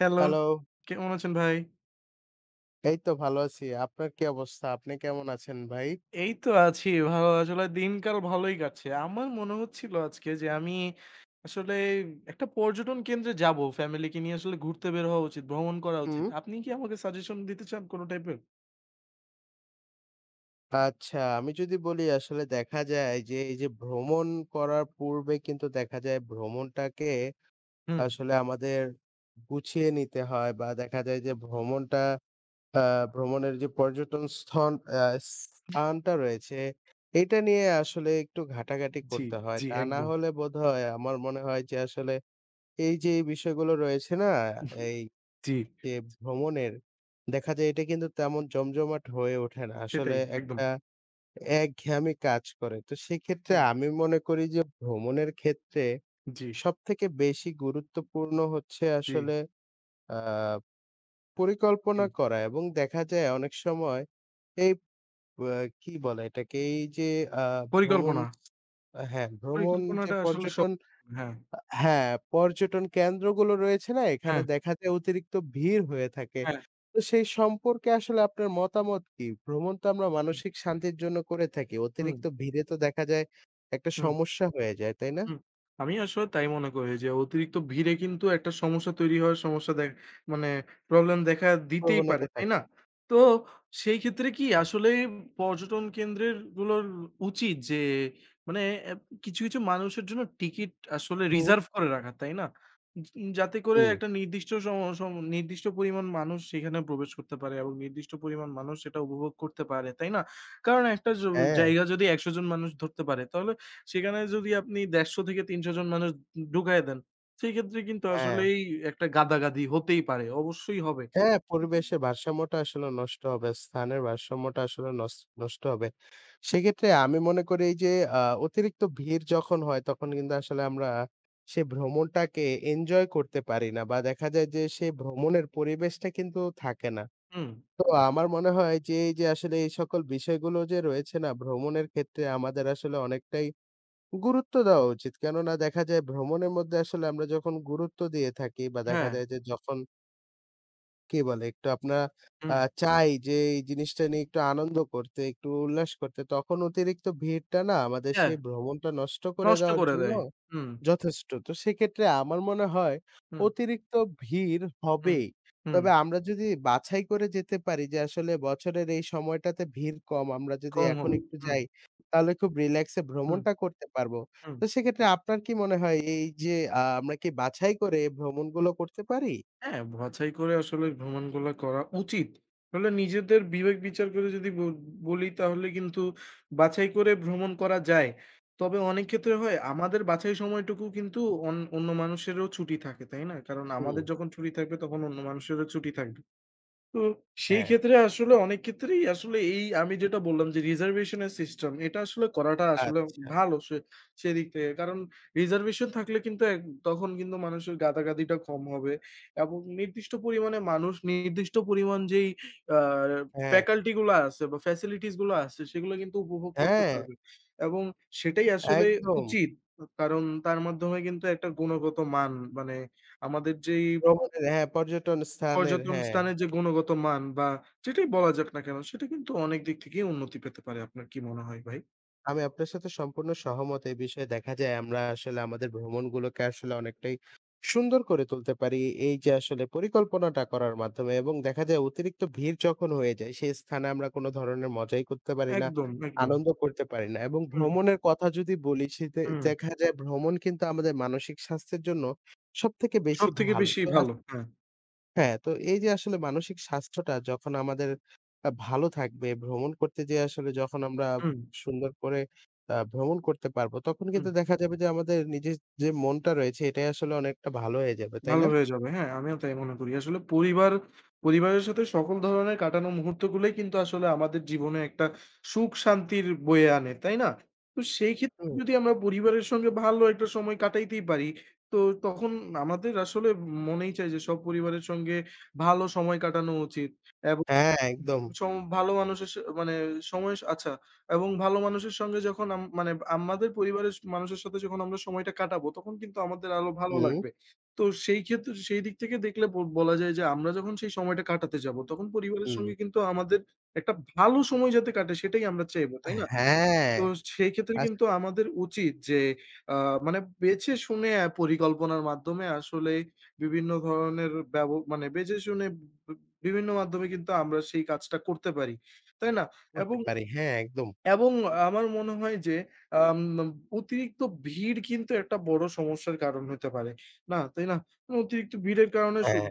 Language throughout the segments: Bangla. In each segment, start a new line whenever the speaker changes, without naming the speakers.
Hello,
hello.
কেমন আছেন ভাই?
এই তো ভালো আছি। আপনার কি অবস্থা? আপনি কেমন আছেন ভাই?
এই তো আছি ভালো। আসলে দিনকাল ভালোই কাটছে। আমার মনে হচ্ছিল আজকে যে আমি আসলে একটা পর্যটন কেন্দ্রে যাব। ফ্যামিলিকে নিয়ে আসলে ঘুরতে বের হওয়া উচিত, ভ্রমণ করা উচিত।
হুম।
আপনি কি আমাকে সাজেশন দিতে চান কোন টাইপের?
আচ্ছা, আমি যদি বলি আসলে দেখা যায় যে এই যে ভ্রমণ করার পূর্বে কিন্তু দেখা যায় ভ্রমণটাকে
হুম,
আসলে আমাদের গুছিয়ে নিতে হয় বা দেখা যায় যে ভ্রমণটা আ ভ্রমণের যে পর্যটন স্থন আ স্থানটা রয়েছে এটা নিয়ে আসলে একটু ঘাটাঘাটি
জি,
করতে হয়।
জি,
তা না
একদম।
হলে বোধহয় আমার মনে হয় যে আসলে এই যে এই বিষয়গুলো রয়েছে না এই
জি,
যে ভ্রমণের দেখা যায় এটা কিন্তু তেমন জমজমাট হয়ে ওঠে না। আসলে
সেটাই একদম।
একটা একঘেয়ামি কাজ করে। তো সেক্ষেত্রে
হুম,
আমি মনে করি যে ভ্রমণের ক্ষেত্রে
জি,
সবথেকে বেশি গুরুত্বপূর্ণ হচ্ছে
জি,
আসলে আ
জি।
পরিকল্পনা করা এবং দেখা যায় অনেক সময় এই আ কি বলে এটাকে? এই যে আ ভ্রমণ
পরিকল্পনা।
হ্যাঁ, ভ্রমণ যে
পরিকল্পনাটা আসলে সব।
পর্যটন
হ্যাঁ,
হ্যাঁ, পর্যটন কেন্দ্রগুলো রয়েছে না? এখানে
হ্যাঁ,
দেখা যায় অতিরিক্ত ভিড় হয়ে থাকে।
হ্যাঁ।
তো সেই সম্পর্কে আসলে আপনার মতামত কি? ভ্রমণ তো আমরা মানসিক শান্তির জন্য করে থাকি।
হুম,
অতিরিক্ত ভিড়ে তো দেখা যায় একটা
হুম।
সমস্যা হয়ে যায়, তাই না?
হুম, আমি আসলে তাই মনে করি যে অতিরিক্ত ভিড়ে কিন্তু একটা সমস্যা তৈরি হওয়ার সমস্যা দেখ মানে প্রবলেম দেখা দিতেই পারে,
প্রবণতা
তাই না?
থাকে।
তো সেই ক্ষেত্রে কি আসলে পর্যটন কেন্দ্রের গুলোর উচিত যে মানে অ্যা কিছু মানুষের জন্য টিকিট আসলে
হুম,
রিজার্ভ করে রাখা, তাই না? যাতে করে
হুম।
একটা নির্দিষ্ট সম সম নির্দিষ্ট পরিমাণ মানুষ সেখানে প্রবেশ করতে পারে এবং নির্দিষ্ট পরিমাণ মানুষ সেটা উপভোগ করতে পারে, তাই না? কারণ একটা জ
হ্যাঁ,
জায়গা যদি ১০০ জন মানুষ ধরতে পারে তাহলে সেখানে যদি আপনি ১৫০ থেকে ৩০০ জন মানুষ ঢুকায়ে দেন, সেক্ষেত্রে কিন্তু
হ্যাঁ।
আসলেই একটা গাদাগাদি হতেই পারে। অবশ্যই হবে।
হ্যাঁ, পরিবেশের ভারসাম্যটা আসলে নষ্ট হবে। স্থানের ভারসাম্যটা আসলে নষ্ট হবে। সেক্ষেত্রে আমি মনে করি এই যে আ অতিরিক্ত ভিড় যখন হয় তখন কিন্তু আসলে আমরা সেই ভ্রমণটাকে এনজয় করতে পারি না বা দেখা যায় যে সেই ভ্রমণের পরিবেশটা কিন্তু থাকে না।
হুম,
তো আমার মনে হয় যে এই যে আসলে এই সকল বিষয়গুলো যে রয়েছে না ভ্রমণের ক্ষেত্রে আমাদের আসলে অনেকটাই গুরুত্ব দেওয়া উচিত। কেননা দেখা যায় ভ্রমণের মধ্যে আসলে আমরা যখন গুরুত্ব দিয়ে থাকি বা দেখা
হ্যাঁ,
যায় যে যখন কি বলে? একটু আপনারা আ
হুম,
চাই যে এই জিনিসটা নিয়ে একটু আনন্দ করতে, একটু উল্লাস করতে। তখন অতিরিক্ত ভিড়টা না আমাদের
হ্যাঁ,
সেই ভ্রমণটা নষ্ট করে
নষ্ট
দেওয়ার
করে
জন্য
দেয়। হুম,
যথেষ্ট। তো সেক্ষেত্রে আমার মনে হয়
হুম,
অতিরিক্ত ভিড়
হুম,
হবেই।
হুম,
তবে আমরা যদি বাছাই করে যেতে পারি যে আসলে বছরের এই সময়টাতে ভিড় কম, আমরা যদি
কম হোক।
এখন একটু
হুম,
যাই তাহলে খুব রিল্যাক্স এ
হুম,
ভ্রমণটা করতে পারবো।
হুম।
তো সেক্ষেত্রে আপনার কি মনে হয় এই যে আমরা কি বাছাই করে ভ্রমণগুলো করতে পারি?
হ্যাঁ, বাছাই করে আসলে ভ্রমণগুলা করা উচিত। আসলে নিজেদের বিবেক বিচার করে যদি বলি তাহলে কিন্তু বাছাই করে ভ্রমণ করা যায়। তবে অনেক ক্ষেত্রে হয় আমাদের বাছাই সময়টুকু কিন্তু অন্য মানুষেরও ছুটি থাকে, তাই না? কারণ
হুম,
আমাদের যখন ছুটি থাকবে তখন অন্য মানুষেরও ছুটি থাকবে। তো সেই
হ্যাঁ।
ক্ষেত্রে আসলে অনেক ক্ষেত্রেই আসলে এই আমি যেটা বললাম যে রিজার্ভেশন এর সিস্টেম এটা আসলে করাটা আসলে
আচ্ছা,
ভালো সেদিক থেকে। কারণ রিজার্ভেশন থাকলে কিন্তু তখন কিন্তু মানুষের গাদাগাদিটা কম হবে এবং নির্দিষ্ট পরিমাণে মানুষ নির্দিষ্ট পরিমাণ যেই আ
হ্যাঁ,
ফ্যাকাল্টি গুলো আছে বা ফ্যাসিলিটিস গুলো আছে সেগুলো কিন্তু উপভোগ করতে
হ্যাঁ,
পারবে এবং সেটাই আসলে
একদম।
উচিত। কারণ তার মাধ্যমে কিন্তু একটা গুণগত মান, মানে আমাদের যেই
ভ্রমণের হ্যাঁ, পর্যটন স্থানের
পর্যটন
হ্যাঁ,
স্থানের যে গুণগত মান বা যেটাই বলা যাক না কেন, সেটা কিন্তু অনেক দিক থেকেই উন্নতি পেতে পারে। আপনার কি মনে হয় ভাই?
আমি আপনার সাথে সম্পূর্ণ সহমত। এই বিষয়ে দেখা যায় আমরা আসলে আমাদের ভ্রমণগুলোকে আসলে অনেকটাই সুন্দর করে তুলতে পারি। এই যে আসলে পরিকল্পনাটা করার মাধ্যমে এবং দেখা যায় অতিরিক্ত ভিড় যখন হয়ে যায়, সেই স্থানে আমরা কোন ধরনের মজাই করতে পারি না,
একদম, একদম।
আনন্দ করতে পারি না। এবং
হুম,
ভ্রমণের কথা যদি বলি সেতে
হুম।
দেখা যায় ভ্রমণ কিন্তু আমাদের মানসিক স্বাস্থ্যের জন্য সবথেকে বেশি
সবথেকে
ভালো।
বেশি
তো
ভালো। হ্যাঁ।
হ্যাঁ, তো এই যে আসলে মানসিক স্বাস্থ্যটা যখন আমাদের ভালো থাকবে, ভ্রমণ করতে যেয়ে আসলে যখন আমরা
হুম,
সুন্দর করে ভ্রমণ করতে পারবো, তখন
হুম।
কিন্তু দেখা যাবে যে আমাদের নিজের যে মনটা রয়েছে এটাই আসলে অনেকটা ভালো হয়ে যাবে, তাই
ভালো
না?
হয়ে যাবে। হ্যাঁ, আমিও তাই মনে করি। আসলে পরিবারের সাথে সকল ধরনের কাটানো মুহূর্তগুলোই কিন্তু আসলে আমাদের জীবনে একটা সুখ শান্তির বয়ে আনে, তাই না? তো সেই ক্ষেত্রে
হুম।
যদি আমরা পরিবারের সঙ্গে ভালো একটা সময় কাটাইতেই পারি, তো তখন আমাদের আসলে মনেই চায় যে সব পরিবারের সঙ্গে ভালো সময় কাটানো উচিত। এবং
হ্যাঁ, একদম।
সম ভালো মানুষের সা মানে সময় আচ্ছা এবং ভালো মানুষের সঙ্গে যখন আম মানে আমাদের পরিবারের মানুষের সাথে যখন আমরা সময়টা কাটাবো তখন কিন্তু আমাদের আরো ভালো
হুম,
লাগবে। তো সেই ক্ষেত্রে সেই দিক থেকে দেখলে বলা যায় যে আমরা যখন সেই সময়টা কাটাতে যাবো তখন পরিবারের
হুম।
সঙ্গে কিন্তু আমাদের একটা ভালো সময় যাতে কাটে সেটাই আমরা চাইবো, তাই না?
হ্যাঁ,
তো সেই ক্ষেত্রে
আশা
কিন্তু আমাদের উচিত যে আ মানে বেছে শুনে পরিকল্পনার মাধ্যমে আসলে বিভিন্ন ধরনের ব্যব মানে বেছে শুনে ব বিভিন্ন মাধ্যমে কিন্তু আমরা সেই কাজটা করতে পারি। তাই না?
করতে
এবং
পারি। হ্যাঁ, একদম।
এবং আমার মনে হয় যে আম অতিরিক্ত ভিড় কিন্তু একটা বড় সমস্যার কারণ হতে পারে। না, তাই না? মানে অতিরিক্ত ভিড়ের কারণে
হ্যাঁ,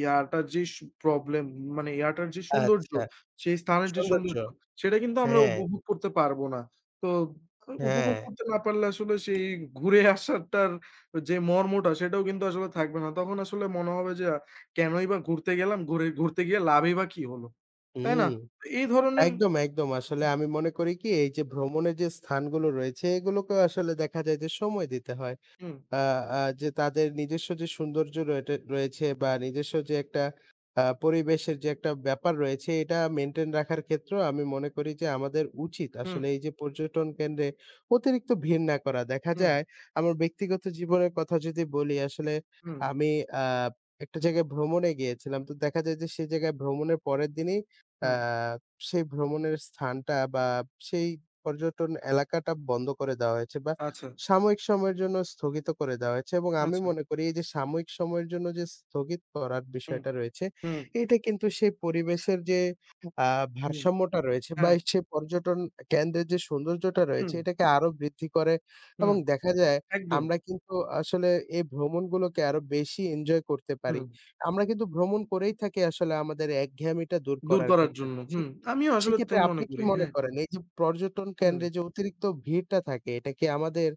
ইয়াটার যে প্রবলেম, মানে ইয়াটার যে সৌন্দর্য,
আচ্ছা।
সেই স্থানের যে
সৌন্দর্য।
সৌন্দর্য, সেটা কিন্তু আমরা
হ্যাঁ,
উপভোগ করতে পারব না। তো উপভোগ
হ্যাঁ।
করতে না পারলে আসলে সেই ঘুরে আসাটার যে মর্মটা, সেটাও কিন্তু আসলে থাকবে না। তখন আসলে মনে হবে যে কেনই বা ঘুরতে গেলাম, ঘুরতে গিয়ে লাভই বা কি হলো? তাই না?
হুম।
এই ধরনের।
একদম, একদম। আসলে আমি মনে করি কি এই যে ভ্রমণের যে স্থানগুলো রয়েছে এগুলোকেও আসলে দেখা যায় যে সময় দিতে হয়।
হুম,
আ আ যে তাদের নিজস্ব যে সৌন্দর্য রয়েটে রয়েছে বা নিজস্ব যে একটা পরিবেশের যে একটা ব্যাপার রয়েছে এটা মেইনটেইন রাখার ক্ষেত্রেও আমি মনে করি যে আমাদের উচিত
হুম।
আসলে এই যে পর্যটন কেন্দ্রে অতিরিক্ত ভিড় না করা। দেখা
হুম,
যায় আমার ব্যক্তিগত জীবনের কথা যদি বলি আসলে
হুম,
আমি আ একটা জায়গায় ভ্রমণে গিয়েছিলাম। তো দেখা যায় যে সেই জায়গায় ভ্রমণের পরের দিনই আ
হুম।
সেই ভ্রমণের স্থানটা বা সেই পর্যটন এলাকাটা বন্ধ করে দেওয়া হয়েছে বা
আচ্ছা,
সাময়িক সময়ের জন্য স্থগিত করে দেওয়া হয়েছে এবং আমি
আচ্ছা।
মনে করি এই যে সাময়িক সময়ের জন্য যে স্থগিত করার
হুম,
বিষয়টা রয়েছে,
হুম,
এটা কিন্তু সেই পরিবেশের যে আ
হুম।
ভারসাম্যটা রয়েছে বা
হ্যাঁ,
সেই পর্যটন কেন্দ্রের যে সৌন্দর্যটা
হুম,
রয়েছে এটাকে আরো বৃদ্ধি করে
হুম।
এবং দেখা যায়
একদম।
আমরা কিন্তু আসলে এই ভ্রমণগুলোকে আরো বেশি এনজয় করতে পারি।
হুম।
আমরা কিন্তু ভ্রমণ করেই থাকি আসলে আমাদের একঘেয়েমিটা দূর
দূর
করার
করার
ক্ষেত্রে।
জন্য। হুম। আমিও আসলে
সেক্ষেত্রে
তাই মনে
আপনি কি
করি।
মনে
হ্যাঁ।
করেন এই যে পর্যটন
হুম।
কেন্দ্রে যে অতিরিক্ত ভিড়টা থাকে এটা কি আমাদের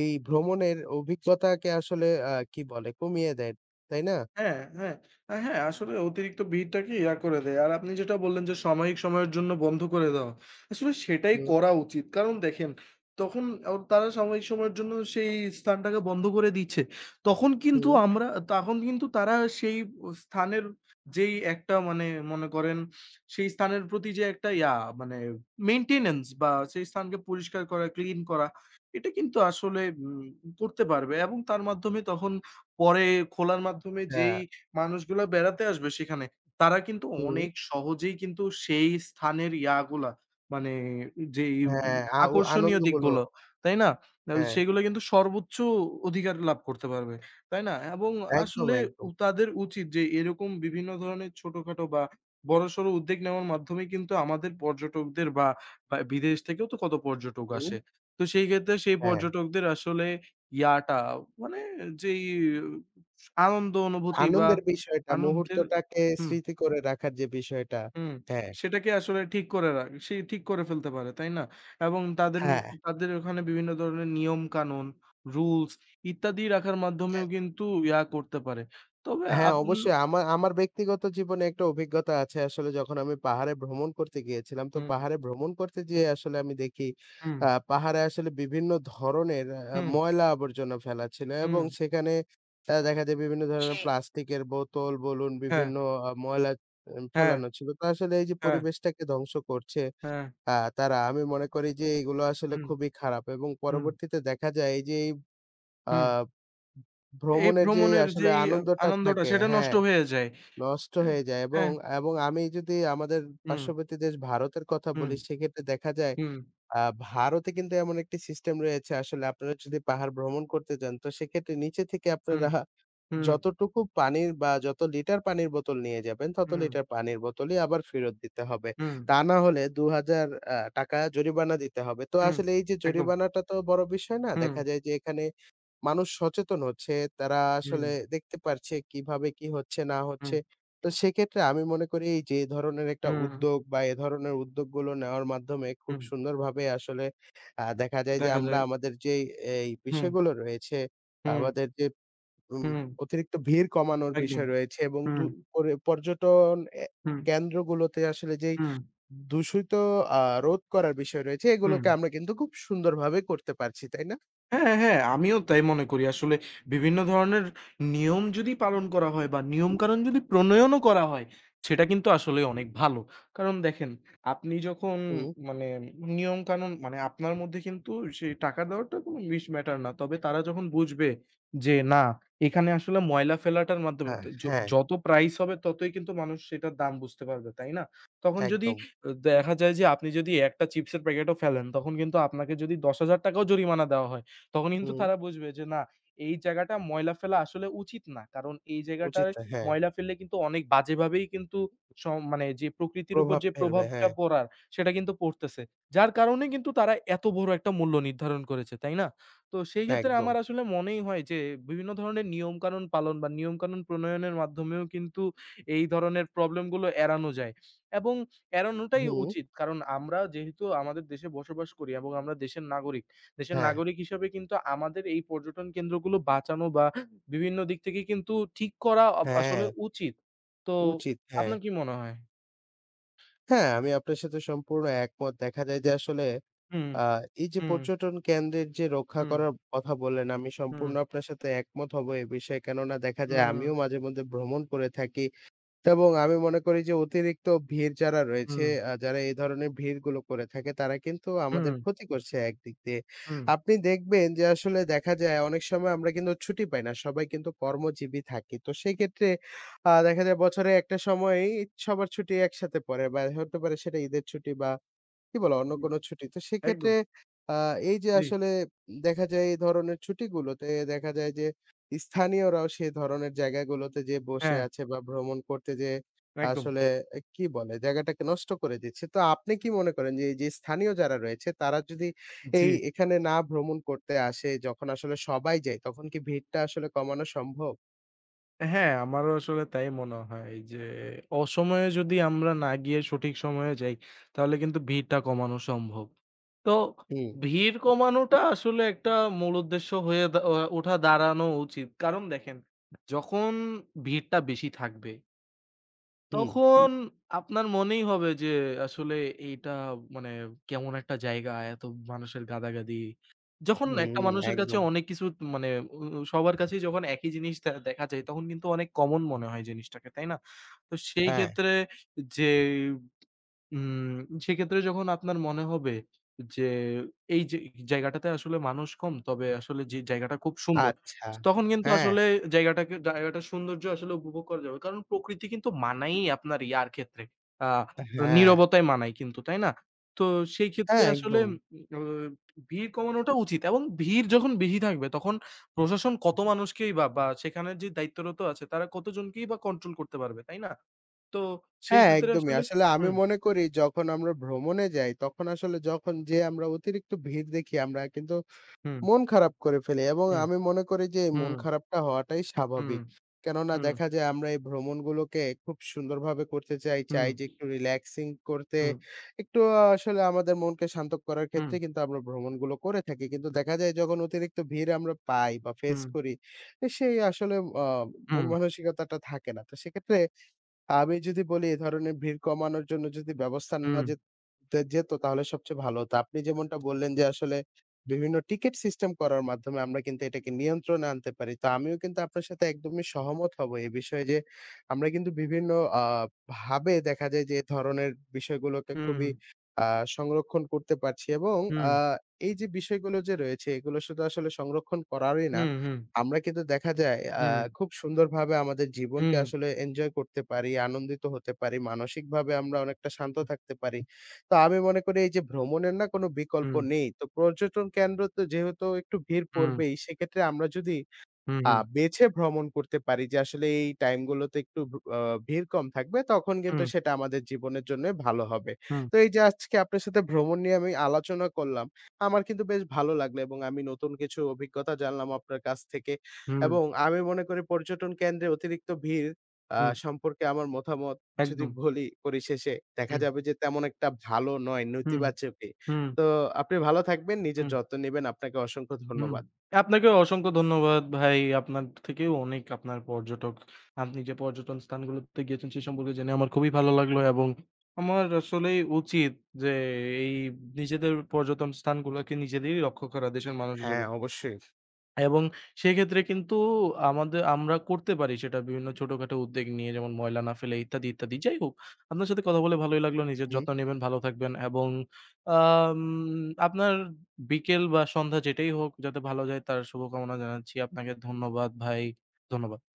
এই ভ্রমণের অভিজ্ঞতাকে আসলে কি বলে কমিয়ে দেয়, তাই না?
হ্যাঁ, হ্যাঁ। হ্যাঁ, আসলে অতিরিক্ত ভিড়টাকে ইয়া করে দেয়। আর আপনি যেটা বললেন যে সাময়িক সময়ের জন্য বন্ধ করে দেওয়া। আসলে সেটাই
হুম,
করা উচিত। কারণ দেখেন তখন তারা সাময়িক সময়ের জন্য সেই স্থানটাকে বন্ধ করে দিচ্ছে। তখন কিন্তু
হুম,
আমরা তখন কিন্তু তারা সেই স্থানের যেই একটা, মানে মনে করেন সেই স্থানের প্রতি যে একটা ইয়া, মানে মেইনটেন্যান্স বা সেই স্থানকে পরিষ্কার করা, ক্লিন করা এটা কিন্তু আসলে করতে পারবে এবং তার মাধ্যমে তখন পরে খোলার মাধ্যমে
হ্যাঁ,
যেই মানুষগুলা বেড়াতে আসবে সেখানে, তারা কিন্তু
হুম।
অনেক সহজেই কিন্তু সেই স্থানের ইয়াগুলা মানে যেই উম
হ্যাঁ, ও
আকর্ষণীয়
আনন্দগুলো
দিকগুলো, তাই না?
হ্যাঁ,
সেগুলো কিন্তু সর্বোচ্চ অধিকার লাভ করতে পারবে, তাই না? এবং
একদম,
আসলে
একদম।
তাদের উচিত যে এরকম বিভিন্ন ধরনের ছোটখাটো বা বড়সড় উদ্যোগ নেওয়ার মাধ্যমে কিন্তু আমাদের পর্যটকদের বা বা বিদেশ থেকেও তো কত পর্যটক
হুম।
আসে। তো সেই ক্ষেত্রে সেই
হ্যাঁ,
পর্যটকদের আসলে ইয়াটা মানে যেই আনন্দ অনুভূতি বা
আনন্দের বিষয়টা
আনন্দের।
মুহূর্তটাকে
হুম,
স্মৃতি করে রাখার যে বিষয়টা,
হুম,
হ্যাঁ।
সেটাকে আসলে ঠিক করে ফেলতে পারে, তাই না? এবং
হ্যাঁ।
তাদের ওখানে বিভিন্ন ধরনের নিয়ম-কানুন, রুলস ইত্যাদি রাখার মাধ্যমেও কিন্তু ইয়া করতে পারে। তবে
হ্যাঁ,
আপনি
অবশ্যই। আমার ব্যক্তিগত জীবনে একটা অভিজ্ঞতা আছে আসলে যখন আমি পাহাড়ে ভ্রমণ করতে গিয়েছিলাম। তো
হুম,
পাহাড়ে ভ্রমণ করতে যেয়ে আসলে আমি দেখি
হুম,
পাহাড়ে আসলে বিভিন্ন ধরনের
হুম,
ময়লা আবর্জনা ফেলা ছিল
হুম।
এবং সেখানে দেখা যায় বিভিন্ন
সে
ধরনের প্লাস্টিকের বোতল বলুন,
হ্যাঁ,
বিভিন্ন ময়লা এ
হ্যাঁ,
ফেলানো ছিল। তো আসলে এই যে
হ্যাঁ,
পরিবেশটাকে ধ্বংস করছে
হ্যাঁ,
তারা, আমি মনে করি যে এগুলো আসলে
হুম,
খুবই খারাপ এবং
হুম,
পরবর্তীতে দেখা যায় এই যে এই আ
হুম। এই
ভ্রমণের যে
ভ্রমণের
আসলে
যেই
আনন্দটা
আনন্দটা
থাকে
সেটা নষ্ট
হ্যাঁ।
হয়ে যায়।
নষ্ট
হ্যাঁ,
হয়ে যায় এবং,
হ্যাঁ,
এবং আমি যদি আমাদের
হুম।
পার্শ্ববর্তী দেশ ভারতের কথা
হুম,
বলি সেক্ষেত্রে দেখা যায়
হুম,
আ ভারতে কিন্তু এমন একটি সিস্টেম রয়েছে আসলে আপনারা যদি পাহাড় ভ্রমণ করতে যান তো সেক্ষেত্রে নিচে থেকে
হুম,
আপনারা
হুম,
যতটুকু পানির বা যত লিটার পানির বোতল নিয়ে যাবেন তত
হুম,
লিটার পানির বোতলই আবার ফেরত দিতে হবে।
হুম,
তা না হলে ৳২,০০০ টাকা জরিমানা দিতে হবে। তো
হুম,
আসলে এই যে
একদম।
জরিমানাটা তো বড় বিষয় না।
হুম,
দেখা যায় যে এখানে মানুষ সচেতন হচ্ছে। তারা
হুম,
আসলে দেখতে পারছে কিভাবে কি হচ্ছে না
হুম,
হচ্ছে। তো সেক্ষেত্রে আমি মনে করি যে এ ধরনের একটা
হুম,
উদ্যোগ বা এ ধরনের উদ্যোগগুলো নেওয়ার মাধ্যমে খুব
হুম,
সুন্দরভাবে আসলে দেখা যায় যে
দেখা
আমরা
যায়।
আমাদের যেই এই
হুম,
বিষয়গুলো রয়েছে,
হুম,
আমাদের যে উম
হুম,
অতিরিক্ত ভিড় কমানোর
একদম।
বিষয় রয়েছে এবং
হুম,
দু করে পর্যটন এ
হুম,
কেন্দ্রগুলোতে আসলে যেই
হুম,
দূষিত আ রোধ করার বিষয় রয়েছে
হুম।
এগুলোকে আমরা কিন্তু খুব সুন্দরভাবে করতে পারছি, তাই না?
হ্যাঁ, হ্যাঁ, আমিও তাই মনে করি। আসলে বিভিন্ন ধরনের নিয়ম যদি পালন করা হয় বা নিয়মকানুন যদি প্রণয়নও করা হয়, সেটা কিন্তু আসলে অনেক ভালো। কারণ দেখেন, আপনি যখন,
হুম,
মানে নিয়মকানুন মানে আপনার মধ্যে কিন্তু সেই টাকা দেওয়াটা কোনো ম্যাটার না। তবে তারা যখন বুঝবে যে না, এখানে আসলে ময়লা ফেলাটার মাধ্যমে
হ্যাঁ,
তো
হ্যাঁ।
যত প্রাইস হবে ততই কিন্তু মানুষ সেটার দাম বুঝতে পারবে, তাই না? তখন যদি
একদম।
দেখা যায় যে আপনি যদি একটা চিপসের প্যাকেটও ফেলেন, তখন কিন্তু আপনাকে যদি ৳১০,০০০ টাকাও জরিমানা দেওয়া হয়, তখন কিন্তু
হুম,
তারা বুঝবে যে না এই জায়গাটা ময়লা ফেলা আসলে উচিত না। কারণ এই
উচিত
জায়গাটায়
না। হ্যাঁ,
ময়লা ফেললে কিন্তু অনেক বাজেভাবেই কিন্তু স মানে যে প্রকৃতির উপর
প্রভাব
যে
ফেলবে।
প্রভাবটা
হ্যাঁ,
পড়ার সেটা কিন্তু পড়তেছে। যার কারণে কিন্তু তারা এত বড় একটা মূল্য নির্ধারণ করেছে, তাই না? তো সেই ক্ষেত্রে
একদম।
আমার আসলে মনেই হয় যে বিভিন্ন ধরনের নিয়মকানুন পালন বা নিয়মকানুন প্রণয়নের মাধ্যমেও কিন্তু এই ধরনের প্রবলেম গুলো এড়ানো যায়। এবং এড়ানোটাই
হুম,
উচিত। কারণ আমরা যেহেতু আমাদের দেশে বসবাস করি এবং আমরা দেশের নাগরিক। দেশের
হ্যাঁ,
নাগরিক হিসেবে কিন্তু আমাদের এই পর্যটন কেন্দ্রগুলো বাঁচানো বা বিভিন্ন দিক থেকে কিন্তু ঠিক করা আসলে
হ্যাঁ,
উচিত। তো
উচিত। হ্যাঁ,
আপনার কি মনে হয়?
হ্যাঁ, আমি আপনার সাথে সম্পূর্ণ একমত। দেখা যায় যে আসলে
হুম,
আ এই যে
হুম,
পর্যটন কেন্দ্রের যে রক্ষা
হুম,
করার কথা বললেন, আমি
হুম,
সম্পূর্ণ আপনার সাথে একমত হব এ বিষয়ে। কেননা দেখা যায়
হুম,
আমিও মাঝে মধ্যে ভ্রমণ করে থাকি। এবং আমি মনে করি যে অতিরিক্ত ভিড় যারা রয়েছে,
হুম,
যারা এই ধরনের ভিড়গুলো করে থাকে তারা কিন্তু
হুম,
আমাদের
হুম,
ক্ষতি করছে একদিক দিয়ে।
হুম,
আপনি দেখবেন যে আসলে দেখা যায় অনেক সময় আমরা কিন্তু ছুটি পাই না। সবাই কিন্তু কর্মজীবী থাকি। তো সেক্ষেত্রে দেখা যায় বছরে একটা সময়েই সবার ছুটি একসাথে পড়ে বা হতে পারে সেটা ঈদের ছুটি বা কি বলে অন্য
জি,
কোনো ছুটি। তো সেক্ষেত্রে
একদম।
আ এই যে
জি,
আসলে দেখা যায় এই ধরনের ছুটিগুলোতে দেখা যায় যে স্থানীয়রাও সেই ধরনের জায়গাগুলোতে যেয়ে বসে
হ্যাঁ,
আছে বা ভ্রমণ করতে যেয়ে
একদম।
আসলে কি বলে জায়গাটাকে নষ্ট করে দিচ্ছে। তো আপনি কি মনে করেন যে এই যে স্থানীয় যারা রয়েছে তারা যদি
জি।
এই এখানে না ভ্রমণ করতে আসে যখন আসলে সবাই যায় তখন কি ভিড়টা আসলে কমানো সম্ভব?
হ্যাঁ, আমারও আসলে তাই মনে হয় যে অসময়ে যদি আমরা না গিয়ে সঠিক সময়ে যাই, তাহলে কিন্তু ভিড়টা কমানো সম্ভব। তো
হুম,
ভিড় কমানোটা আসলে একটা মূল উদ্দেশ্য হয়ে দা আ ওঠা দাঁড়ানো উচিত। কারণ দেখেন, যখন ভিড়টা বেশি থাকবে
হুম,
তখন আপনার মনেই হবে যে আসলে এইটা মানে কেমন একটা জায়গা, এত মানুষের গাদাগাদি। যখন
হুম,
একটা
হুম,
মানুষের কাছে
একদম।
অনেক কিছু মানে উ সবার কাছেই যখন একই জিনিস দেখা যায় তখন কিন্তু অনেক কমন মনে হয় জিনিসটাকে, তাই না? তো সেই
হ্যাঁ।
ক্ষেত্রে যে উম সেক্ষেত্রে যখন আপনার মনে হবে যে এই যে জায়গাটাতে আসলে মানুষ কম, তবে আসলে যে জায়গাটা খুব সুন্দর।
আচ্ছা।
তখন কিন্তু
হ্যাঁ,
আসলে জায়গাটার সৌন্দর্য আসলে উপভোগ করা যাবে। কারণ প্রকৃতি কিন্তু মানায়ই আপনার ইয়ার ক্ষেত্রে। আ
হ্যাঁ, হ্যাঁ,
নীরবতায় মানায় কিন্তু, তাই না? তো সেই ক্ষেত্রে
হ্যাঁ,
আসলে
একদম।
উম অ ভিড় কমানোটা উচিত এবং ভিড় যখন বেশি থাকবে তখন প্রশাসন কত মানুষকেই বা সেখানের যে দায়িত্বরত আছে তারা কতজনকেই বা কন্ট্রোল করতে পারবে, তাই না? তো সেই
হ্যাঁ,
ক্ষেত্রে
একদমই।
আসলে
আসলে আমি
হুম।
মনে করি যখন আমরা ভ্রমণে যাই, তখন আসলে যখন যেয়ে আমরা অতিরিক্ত ভিড় দেখি, আমরা কিন্তু
হুম,
মন খারাপ করে ফেলি এবং
হুম,
আমি মনে করি যে এই মন
হুম,
খারাপটা হওয়াটাই
হুম,
স্বাভাবিক। কেননা
হুম,
দেখা যায় আমরা এই ভ্রমণগুলোকে খুব সুন্দরভাবে করতে চাই,
হুম,
চাই যে একটু রিল্যাক্সিং করতে,
হুম,
একটু আহ, আসলে আমাদের মনকে শান্ত করার
হুম,
ক্ষেত্রে কিন্তু আমরা ভ্রমণগুলো করে থাকি। কিন্তু দেখা যায় যখন অতিরিক্ত ভিড় আমরা পাই বা ফেস
হুম,
করি, সেই আসলে আ মন
হুম,
মানসিকতাটা থাকে না। তো সেক্ষেত্রে আমি যদি বলি এ ধরনের ভিড় কমানোর জন্য যদি ব্যবস্থা নেওয়া যেতে যেত তাহলে সবচেয়ে ভালো হতো। আপনি যেমনটা বললেন যে আসলে বিভিন্ন টিকেট সিস্টেম করার মাধ্যমে আমরা কিন্তু এটাকে নিয়ন্ত্রণে আনতে পারি। তো আমিও কিন্তু আপনার সাথে একদমই সহমত হব এ বিষয়ে যে আমরা কিন্তু বিভিন্ন আ ভাবে দেখা যায় যে এ ধরনের বিষয়গুলোকে
হুম,
খুবই
হুম,
আ সংরক্ষণ করতে পারছি এবং
হুম,
আ এই যে বিষয়গুলো যে রয়েছে এগুলো শুধু আসলে সংরক্ষণ করারই না
হুম,
আমরা কিন্তু দেখা যায় খুব সুন্দরভাবে আমাদের জীবনকে
হুম,
আসলে এনজয় করতে পারি, আনন্দিত হতে পারি, মানসিকভাবে আমরা অনেকটা শান্ত থাকতে পারি। তো আমি মনে করি এই যে ভ্রমণের না কোনো বিকল্প
হুম,
নেই। তো পর্যটন কেন্দ্র তো যেহেতু একটু ভিড়
হুম,
পড়বেই, সেক্ষেত্রে আমরা যদি
হুম, হুম, হুম,
বেছে ভ্রমণ করতে পারি যে আসলে এই টাইম গুলোতে একটু ভ্র আ ভিড় কম থাকবে তখন কিন্তু
হুম,
সেটা আমাদের জীবনের জন্য ভালো হবে।
হুম, হুম,
তো এই যে আজকে আপনার সাথে ভ্রমণ নিয়ে আমি আলোচনা করলাম, আমার কিন্তু বেশ ভালো লাগলো এবং আমি নতুন কিছু অভিজ্ঞতা জানলাম আপনার কাছ থেকে।
হুম,
এবং আমি মনে করি পর্যটন কেন্দ্রে অতিরিক্ত ভিড়
হুম,
সম্পর্কে আমার মতামত যদি
একদম।
বলি পরিশেষে দেখা
হুম,
যাবে যে তেমন একটা ভালো নয়,
হুম,
নেতিবাচকই।
হুম,
তো আপনি ভালো থাকবেন, নিজের
হুম।
যত্ন নিবেন। আপনাকে অসংখ্য
হুম।
ধন্যবাদ।
আপনাকে অসংখ্য ধন্যবাদ ভাই। আপনার থেকেও অনেক আপনার আপনি যে পর্যটন স্থানগুলোতে গিয়েছেন সে সম্পর্কে জেনে আমার খুবই ভালো লাগলো এবং আমার আসলেই উচিত যে এই নিজেদের পর্যটন স্থানগুলোকে নিজেদেরই রক্ষা করা দেশের মানুষ
হ্যাঁ,
হিসেবে।
অবশ্যই।
এবং সেক্ষেত্রে কিন্তু আমরা করতে পারি সেটা বিভিন্ন ছোটখাটো উদ্যোগ নিয়ে যেমন ময়লা না ফেলে ইত্যাদি, ইত্যাদি। যাই হোক আপনার সাথে কথা বলে ভালোই লাগলো। নিজের
হুম।
যত্ন নিবেন, ভালো থাকবেন এবং আম আপনার বিকেল বা সন্ধ্যা যেটাই হোক যাতে ভালো যায় তার শুভকামনা জানাচ্ছি। আপনাকে ধন্যবাদ ভাই। ধন্যবাদ।